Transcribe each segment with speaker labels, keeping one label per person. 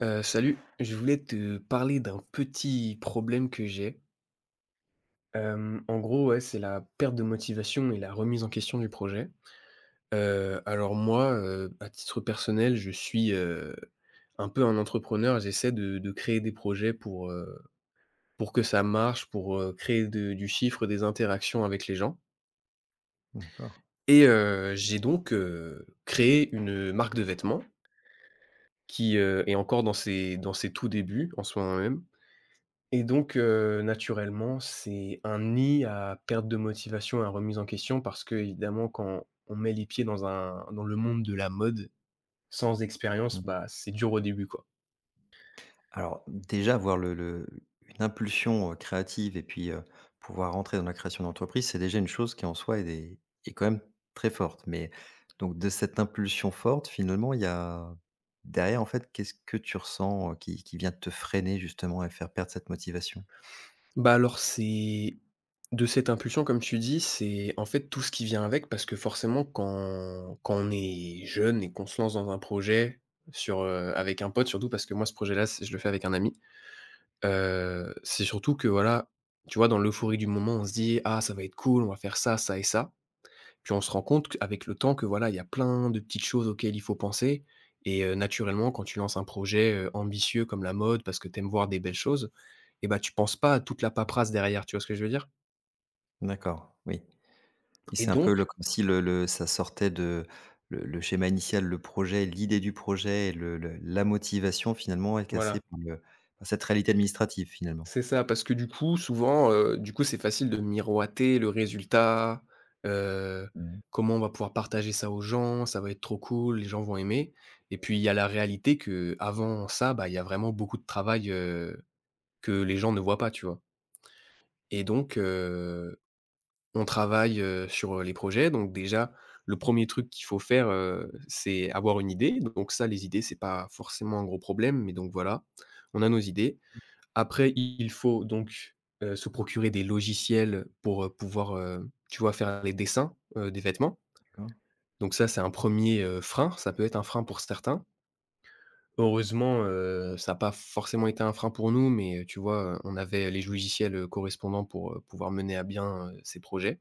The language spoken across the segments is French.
Speaker 1: Salut, je voulais te parler d'un petit problème que j'ai. En gros, ouais, c'est la perte de motivation et la remise en question du projet. Alors moi, à titre personnel, je suis, un peu un entrepreneur. J'essaie de créer des projets pour que ça marche, pour, créer de du chiffre, des interactions avec les gens
Speaker 2: D'accord.
Speaker 1: et j'ai donc, créé une marque de vêtements qui, est encore dans ses tout débuts en soi même. Et donc, naturellement, c'est un nid à perte de motivation et à remise en question parce qu'évidemment, quand on met les pieds dans un dans le monde de la mode, sans
Speaker 2: Mmh.
Speaker 1: expérience, bah, c'est dur au début, quoi.
Speaker 2: Alors déjà avoir le une impulsion, créative et puis, pouvoir rentrer dans la création d'entreprise, c'est déjà une chose qui en soi est quand même très forte. Mais donc de cette impulsion forte finalement il y a derrière en fait qu'est-ce que tu ressens, qui vient te freiner justement et faire perdre cette motivation?
Speaker 1: Bah, alors, c'est de cette impulsion, comme tu dis, c'est, en fait, tout ce qui vient avec parce que forcément, quand on est jeune et qu'on se lance dans un projet sur, avec un pote, surtout parce que moi, ce projet-là, c'est je le fais avec un ami. C'est surtout que voilà, tu vois, dans l'euphorie du moment, on se dit: «Ah, ça va être cool, on va faire ça, ça et ça». Puis on se rend compte qu'avec le temps que voilà, il y a plein de petites choses auxquelles il faut penser et naturellement quand tu lances un projet, ambitieux comme la mode parce que tu aimes voir des belles choses et bah, tu penses pas à toute la paperasse derrière, tu vois ce que je veux dire?
Speaker 2: D'accord, oui. Oui
Speaker 1: Et
Speaker 2: c'est un
Speaker 1: donc
Speaker 2: peu le comme si le ça sortait de le schéma initial, le projet, l'idée du projet et le la motivation finalement est cassée
Speaker 1: voilà.
Speaker 2: par le, par cette réalité administrative finalement.
Speaker 1: C'est ça, parce que du coup, souvent, du coup, c'est facile de miroiter le résultat, heu,
Speaker 2: Mmh,
Speaker 1: comment on va pouvoir partager ça aux gens, ça va être trop cool, les gens vont aimer et puis il y a la réalité que avant ça, bah, il y a vraiment beaucoup de travail, que les gens ne voient pas, tu vois? Et donc on travaille, sur les projets donc déjà, le premier truc qu'il faut faire, c'est avoir une idée. Donc ça, les idées, c'est pas forcément un gros problème, mais donc voilà, on a nos idées. Après, il faut donc, se procurer des logiciels pour, pouvoir, tu vois, faire les dessins, des vêtements.
Speaker 2: d'accord.
Speaker 1: Donc ça, c'est un premier er frein, ça peut être un frein pour certains. Heureusement, ça n'a pas forcément été un frein pour nous, mais, tu vois, on avait les logiciels, correspondants pour, pouvoir mener à bien, ces projets.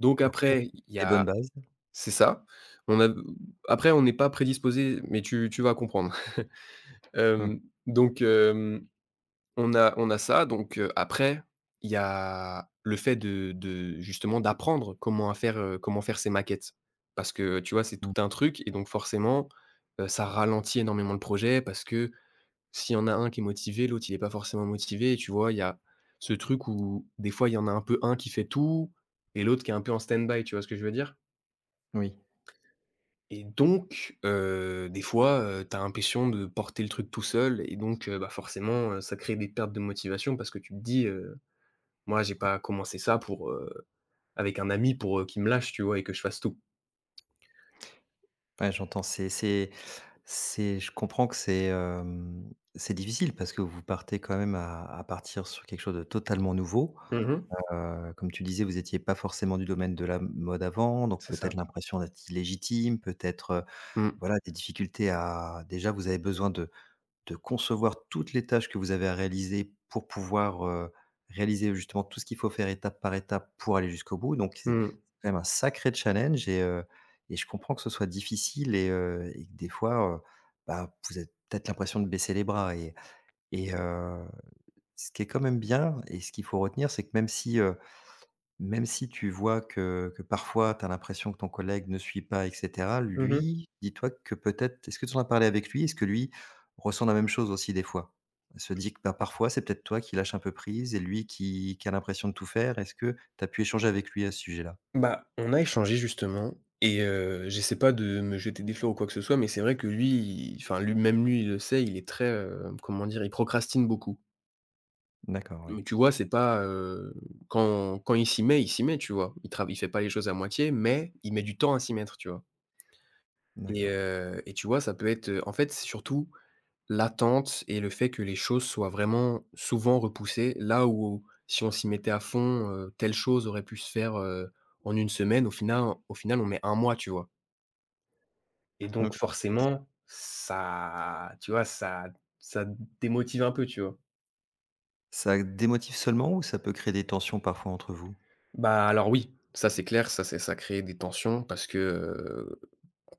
Speaker 1: Donc
Speaker 2: OK,
Speaker 1: après, il y
Speaker 2: des bonnes
Speaker 1: a
Speaker 2: bases.
Speaker 1: c'est ça. On a après on n'est pas prédisposés, mais tu vas comprendre.
Speaker 2: Mmh,
Speaker 1: Hem, donc hem On a ça donc après, il y a le fait de justement d'apprendre comment faire ses maquettes. Parce que, tu vois, c'est tout
Speaker 2: mmh,
Speaker 1: un truc et donc forcément, ça ralentit énormément le projet parce que s'il y en a un qui est motivé, l'autre il est pas forcément motivé. Et tu vois? Il y a ce truc où des fois, il y en a un qui fait tout et l'autre qui est un peu en stand-by, tu vois ce que je veux dire?
Speaker 2: oui.
Speaker 1: Et donc des fois, tu as l'impression de porter le truc tout seul et donc bah, forcément, ça crée des pertes de motivation parce que tu te dis, moi, j'ai pas commencé ça pour, avec un ami pour, qu'il me lâche, tu vois? Et que je fasse tout.
Speaker 2: Ouais, j'entends. C'est, je comprends que c'est, c'est difficile parce que vous partez quand même à partir sur quelque chose de totalement nouveau.
Speaker 1: Mmh.
Speaker 2: Comme tu disais, vous étiez pas forcément du domaine de la mode avant, donc
Speaker 1: C'est ça.
Speaker 2: peut-être l'impression d'être illégitime, peut-être,
Speaker 1: Mmh.
Speaker 2: voilà, des difficultés à déjà vous avez besoin de concevoir toutes les tâches que vous avez à réaliser pour pouvoir, réaliser justement tout ce qu'il faut faire étape par étape pour aller jusqu'au bout. Donc c'est
Speaker 1: Mmh.
Speaker 2: quand même un sacré challenge et je comprends que ce soit difficile et que des fois, bah, vous avez peut-être l'impression de baisser les bras et ce qui est quand même bien et ce qu'il faut retenir, c'est que même si tu vois que parfois tu as l'impression que ton collègue ne suit pas et cetera,
Speaker 1: Mmh.
Speaker 2: lui, dis-toi que peut-être est-ce que tu en as parlé avec lui? Est-ce que lui ressent la même chose aussi des fois? Il se dit que, bah, parfois c'est peut-être toi qui lâches un peu prise et lui qui a l'impression de tout faire. Est-ce que tu as pu échanger avec lui à ce sujet-là?
Speaker 1: Bah, on a échangé justement et j'essaie pas de me jeter des fleurs ou quoi que ce soit, mais c'est vrai que lui, il enfin lui même lui, il le sait, il est très, comment dire? Il procrastine beaucoup.
Speaker 2: D'accord, oui,
Speaker 1: Mais tu vois, c'est pas, quand il s'y met, tu vois? Il fait pas les choses à moitié, mais il met du temps à s'y mettre, tu vois?
Speaker 2: d'accord.
Speaker 1: Et tu vois, ça peut être, en fait, c'est surtout l'attente et le fait que les choses soient vraiment souvent repoussées, là où si on s'y mettait à fond, telle chose aurait pu se faire, en une semaine, au final on met un mois, tu vois? Et donc
Speaker 2: OK.
Speaker 1: forcément, ça tu vois, ça démotive un peu, tu vois?
Speaker 2: Ça démotive seulement ou ça peut créer des tensions parfois entre vous?
Speaker 1: Bah, alors oui, ça c'est clair, ça crée des tensions parce que,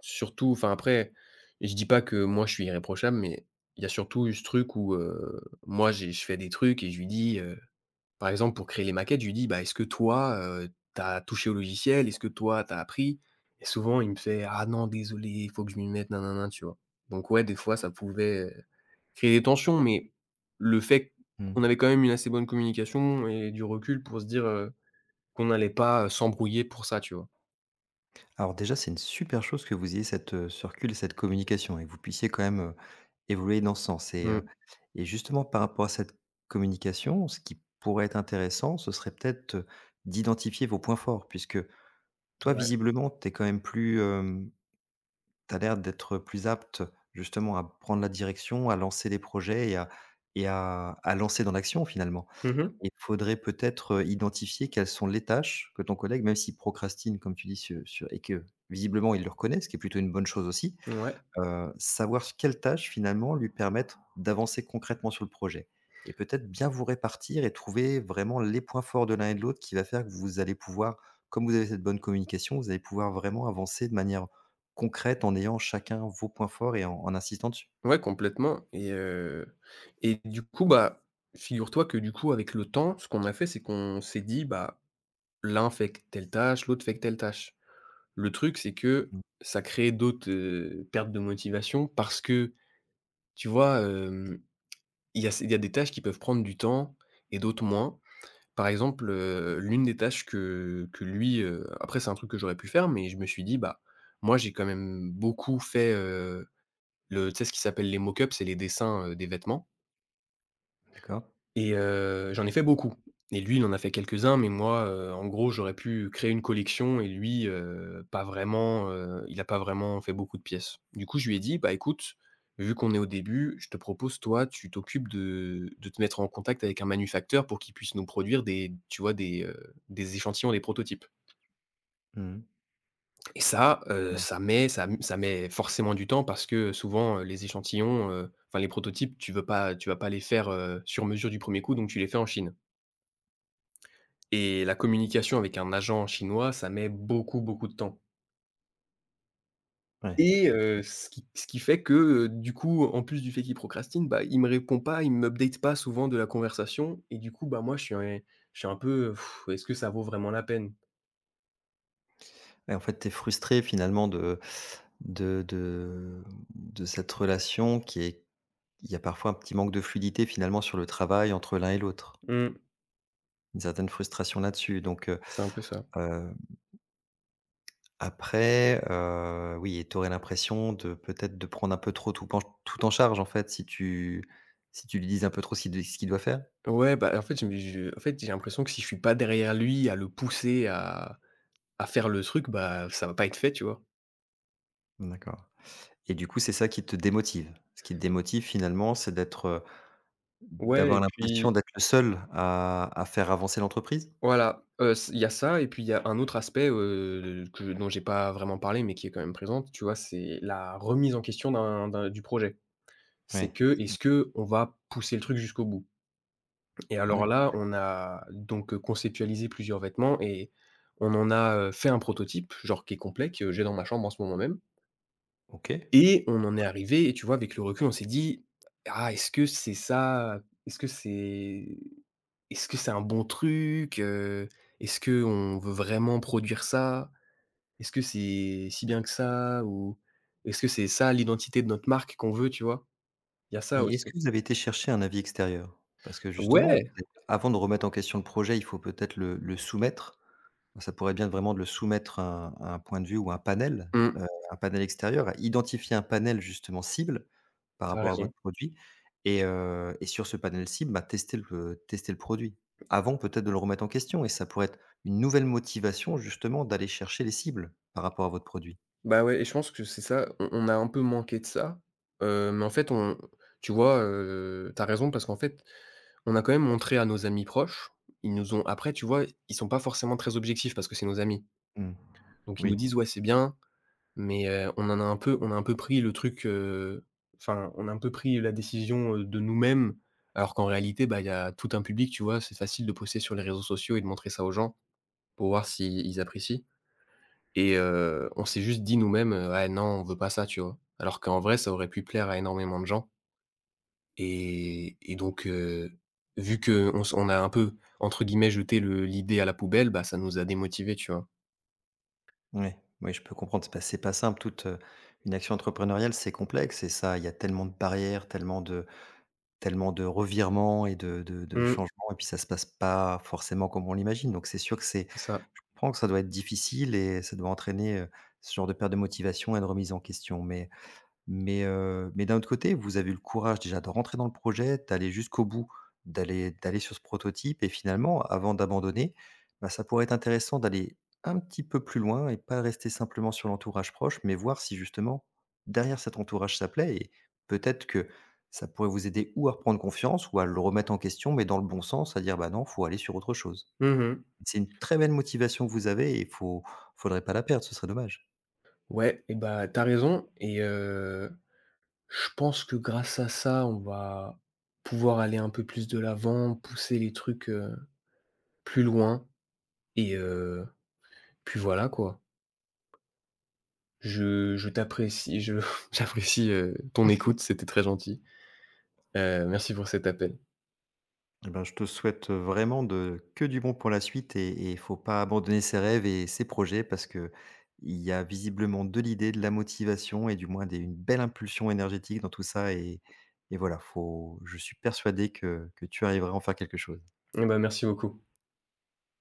Speaker 1: surtout enfin après, je dis pas que moi je suis irréprochable, mais il y a surtout eu ce truc où, moi j'ai je fais des trucs et je lui dis, par exemple, pour créer les maquettes, je lui dis: «Bah, est-ce que toi, tu touché au logiciel? Est-ce que toi, t'as appris?» Et souvent il me fait: «Ah non, désolé, il faut que je m'y mette, nanana», tu vois? Donc ouais, des fois, ça pouvait, créer des tensions, mais le fait
Speaker 2: Mmh.
Speaker 1: qu'on avait quand même une assez bonne communication et du recul pour se dire, qu'on n'allait pas, s'embrouiller pour ça, tu vois?
Speaker 2: Alors déjà, c'est une super chose que vous ayez cette, ce recul et cette communication et que vous puissiez quand même, évoluer dans ce sens
Speaker 1: Mmh.
Speaker 2: et justement par rapport à cette communication, ce qui pourrait être intéressant, ce serait peut-être, d'identifier vos points forts puisque toi,
Speaker 1: Ouais.
Speaker 2: visiblement, tu es quand même plus, tu as l'air d'être plus apte justement à prendre la direction, à lancer des projets et à lancer dans l'action finalement.
Speaker 1: Mmh.
Speaker 2: Il faudrait peut-être, identifier quelles sont les tâches que ton collègue, même s'il procrastine comme tu dis sur et que visiblement il le reconnaît, ce qui est plutôt une bonne chose aussi,
Speaker 1: Ouais.
Speaker 2: savoir s quelles tâches finalement lui permettent d'avancer concrètement sur le projet et peut-être bien vous répartir et trouver vraiment les points forts de l'un et de l'autre qui va faire que vous allez pouvoir, comme vous avez cette bonne communication, vous allez pouvoir vraiment avancer de manière concrète en ayant chacun vos points forts et en en insistant dessus.
Speaker 1: Ouais, complètement et du coup, bah, figure-toi que du coup, avec le temps, ce qu'on a fait, c'est qu'on s'est dit: «Bah, l'un fait q telle tâche, l'autre fait que telle tâche». Le truc, c'est que
Speaker 2: Mmh,
Speaker 1: ça crée d'autres, pertes de motivation parce que, tu vois, il y a des tâches qui peuvent prendre du temps et d'autres moins. Par exemple, l'une des tâches que lui, après c'est un truc que j'aurais pu faire, mais je me suis dit: «Bah, moi j'ai quand même beaucoup fait, le» tu sais ce qui s'appelle les mock-ups, c'est les dessins, des vêtements.
Speaker 2: d'accord.
Speaker 1: Et j'en ai fait beaucoup et lui, il en a fait quelques-uns, mais moi, en gros, j'aurais pu créer une collection et lui, pas vraiment, il n'a pas vraiment fait beaucoup de pièces. Du coup, je lui ai dit: «Bah, écoute, vu qu'on est au début, je te propose, toi, tu t'occupes de te mettre en contact avec un manufacteur pour qu'il puisse nous produire des tu vois, des échantillons, des prototypes».
Speaker 2: Mmh.
Speaker 1: Et ça,
Speaker 2: Ouais,
Speaker 1: ça met forcément du temps parce que souvent, les échantillons, enfin les prototypes, tu vas pas les faire, sur mesure du premier coup, donc tu les fais en Chine. Et la communication avec un agent chinois, ça met beaucoup, beaucoup de temps.
Speaker 2: ouais.
Speaker 1: Et ce qui fait que, du coup, en plus du fait qu'il procrastine, bah, il me répond pas, il m'update pas souvent de la conversation et du coup, bah, moi, je suis un peu, est-ce que ça vaut vraiment la peine?
Speaker 2: Et en fait, tu es frustré finalement de de cette relation qui est il y a parfois un petit manque de fluidité finalement sur le travail entre l'un et l'autre.
Speaker 1: Mmh,
Speaker 2: Une certaine frustration là-dessus donc,
Speaker 1: c'est un peu ça.
Speaker 2: heu, après, oui et tu aurais l'impression de peut-être de prendre un peu trop tout penche tout en charge en fait si tu si tu lui dis un peu trop ce qu'il doit faire?
Speaker 1: Ouais, bah, en fait, je me je en fait, j'ai l'impression que si je suis pas derrière lui à le pousser à faire le truc, bah, ça va pas être fait, tu vois?
Speaker 2: D'accord et du coup, c'est ça qui te démotive? Ce qui te démotive finalement, c'est d'être,
Speaker 1: Ouais
Speaker 2: d'avoir
Speaker 1: et
Speaker 2: l'impression
Speaker 1: puis
Speaker 2: d'être le seul à faire avancer l'entreprise?
Speaker 1: voilà, c il y a ça et puis il y a un autre aspect, que dont j'ai pas vraiment parlé, mais qui est quand même présente, tu vois? C'est la remise en question d'un du projet. C'est
Speaker 2: Oui.
Speaker 1: que, est-ce que on va pousser le truc jusqu'au bout? Et alors
Speaker 2: D'accord.
Speaker 1: là, on a donc, conceptualisé plusieurs vêtements et on en a, fait un prototype, genre qui est complet, que j'ai dans ma chambre en ce moment même.
Speaker 2: OK
Speaker 1: Et on en est arrivé et tu vois, avec le recul, on s'est dit: «Ah, est-ce que c'est ça? Est-ce que c'est Est-ce que c'est un bon truc, heu? Est-ce que on veut vraiment produire ça? Est-ce que c'est si bien que ça? Ou est-ce que c'est ça l'identité de notre marque qu'on veut?» Tu vois? Il y a ça
Speaker 2: et est-ce que
Speaker 1: aussi.
Speaker 2: vous avez été chercher un avis extérieur? Parce que justement,
Speaker 1: Ouais!
Speaker 2: avant de remettre en question le projet, il faut peut-être le soumettre. Ça pourrait bien être vraiment de le soumettre à un point de vue ou
Speaker 1: Mmh,
Speaker 2: un panel extérieur, à identifier un panel justement cible par
Speaker 1: tu
Speaker 2: rapport à
Speaker 1: raison.
Speaker 2: votre produit et sur ce panel cible, bah, tester le produit. Avant peut-être de le remettre en question et ça pourrait être une nouvelle motivation justement d'aller chercher les cibles par rapport à votre produit.
Speaker 1: Bah, ouais et je pense que c'est ça, on a un peu manqué de ça, mais en fait, on tu vois, tu raison parce qu'en fait on a quand même montré à nos amis proches, ils nous ont après tu vois, ils sont pas forcément très objectifs parce que c'est nos amis.
Speaker 2: Mmh,
Speaker 1: Donc ils nous
Speaker 2: oui.
Speaker 1: disent: «Ouais, c'est bien», mais on a un peu pris le truc, enfin, on a un peu pris la décision, de nous-mêmes, alors qu'en réalité, bah, il y a tout un public, tu vois? C'est facile de poster sur les réseaux sociaux et de montrer ça aux gens pour voir s'ils apprécient et on s'est juste dit nous-mêmes, «Ouais, non, on veut pas ça», tu vois? Alors qu'en vrai, ça aurait pu plaire à énormément de gens. Et donc, vu qu'on s on a un peu, entre guillemets, «jeté le l'idée à la poubelle», bah, ça nous a démotivés, tu vois?
Speaker 2: Ouais, oui, je peux comprendre. C'est pas simple. Toute, une action entrepreneuriale, c'est complexe et ça, il y a tellement de barrières, tellement de revirements et de
Speaker 1: Mmh,
Speaker 2: changements et puis ça se passe pas forcément comme on l'imagine. Donc c'est sûr que c'est
Speaker 1: c'est ça.
Speaker 2: je comprends que ça doit être difficile et ça doit entraîner, ce genre de perte de motivation et de remise en question. Mais d'un autre côté, vous avez eu le courage déjà de rentrer dans le projet, d'aller jusqu'au bout, d'aller d'aller sur ce prototype et finalement, avant d'abandonner, bah, ça pourrait être intéressant d'aller un petit peu plus loin et pas rester simplement sur l'entourage proche, mais voir si justement derrière cet entourage ça plaît et peut-être que ça pourrait vous aider ou à reprendre confiance ou à le remettre en question, mais dans le bon sens, à dire: «Bah, non, faut aller sur autre chose».
Speaker 1: Mmh.
Speaker 2: C'est une très belle motivation que vous avez et il faudrait pas la perdre, ce serait dommage.
Speaker 1: Ouais et bah, t'as raison et je pense que grâce à ça, on va pouvoir aller un peu plus de l'avant, pousser les trucs, plus loin et puis voilà, quoi. Je t'apprécie, je j'apprécie, ton écoute, c'était très gentil. Merci pour cet appel.
Speaker 2: Eh ben, je te souhaite vraiment de que du bon pour la suite et il faut pas abandonner ses rêves et ses projets parce que il y a visiblement de l'idée, de la motivation et du moins des une belle impulsion énergétique dans tout ça et voilà, faut je suis persuadé que tu arriveras à en faire quelque chose.
Speaker 1: Eh bah, merci beaucoup.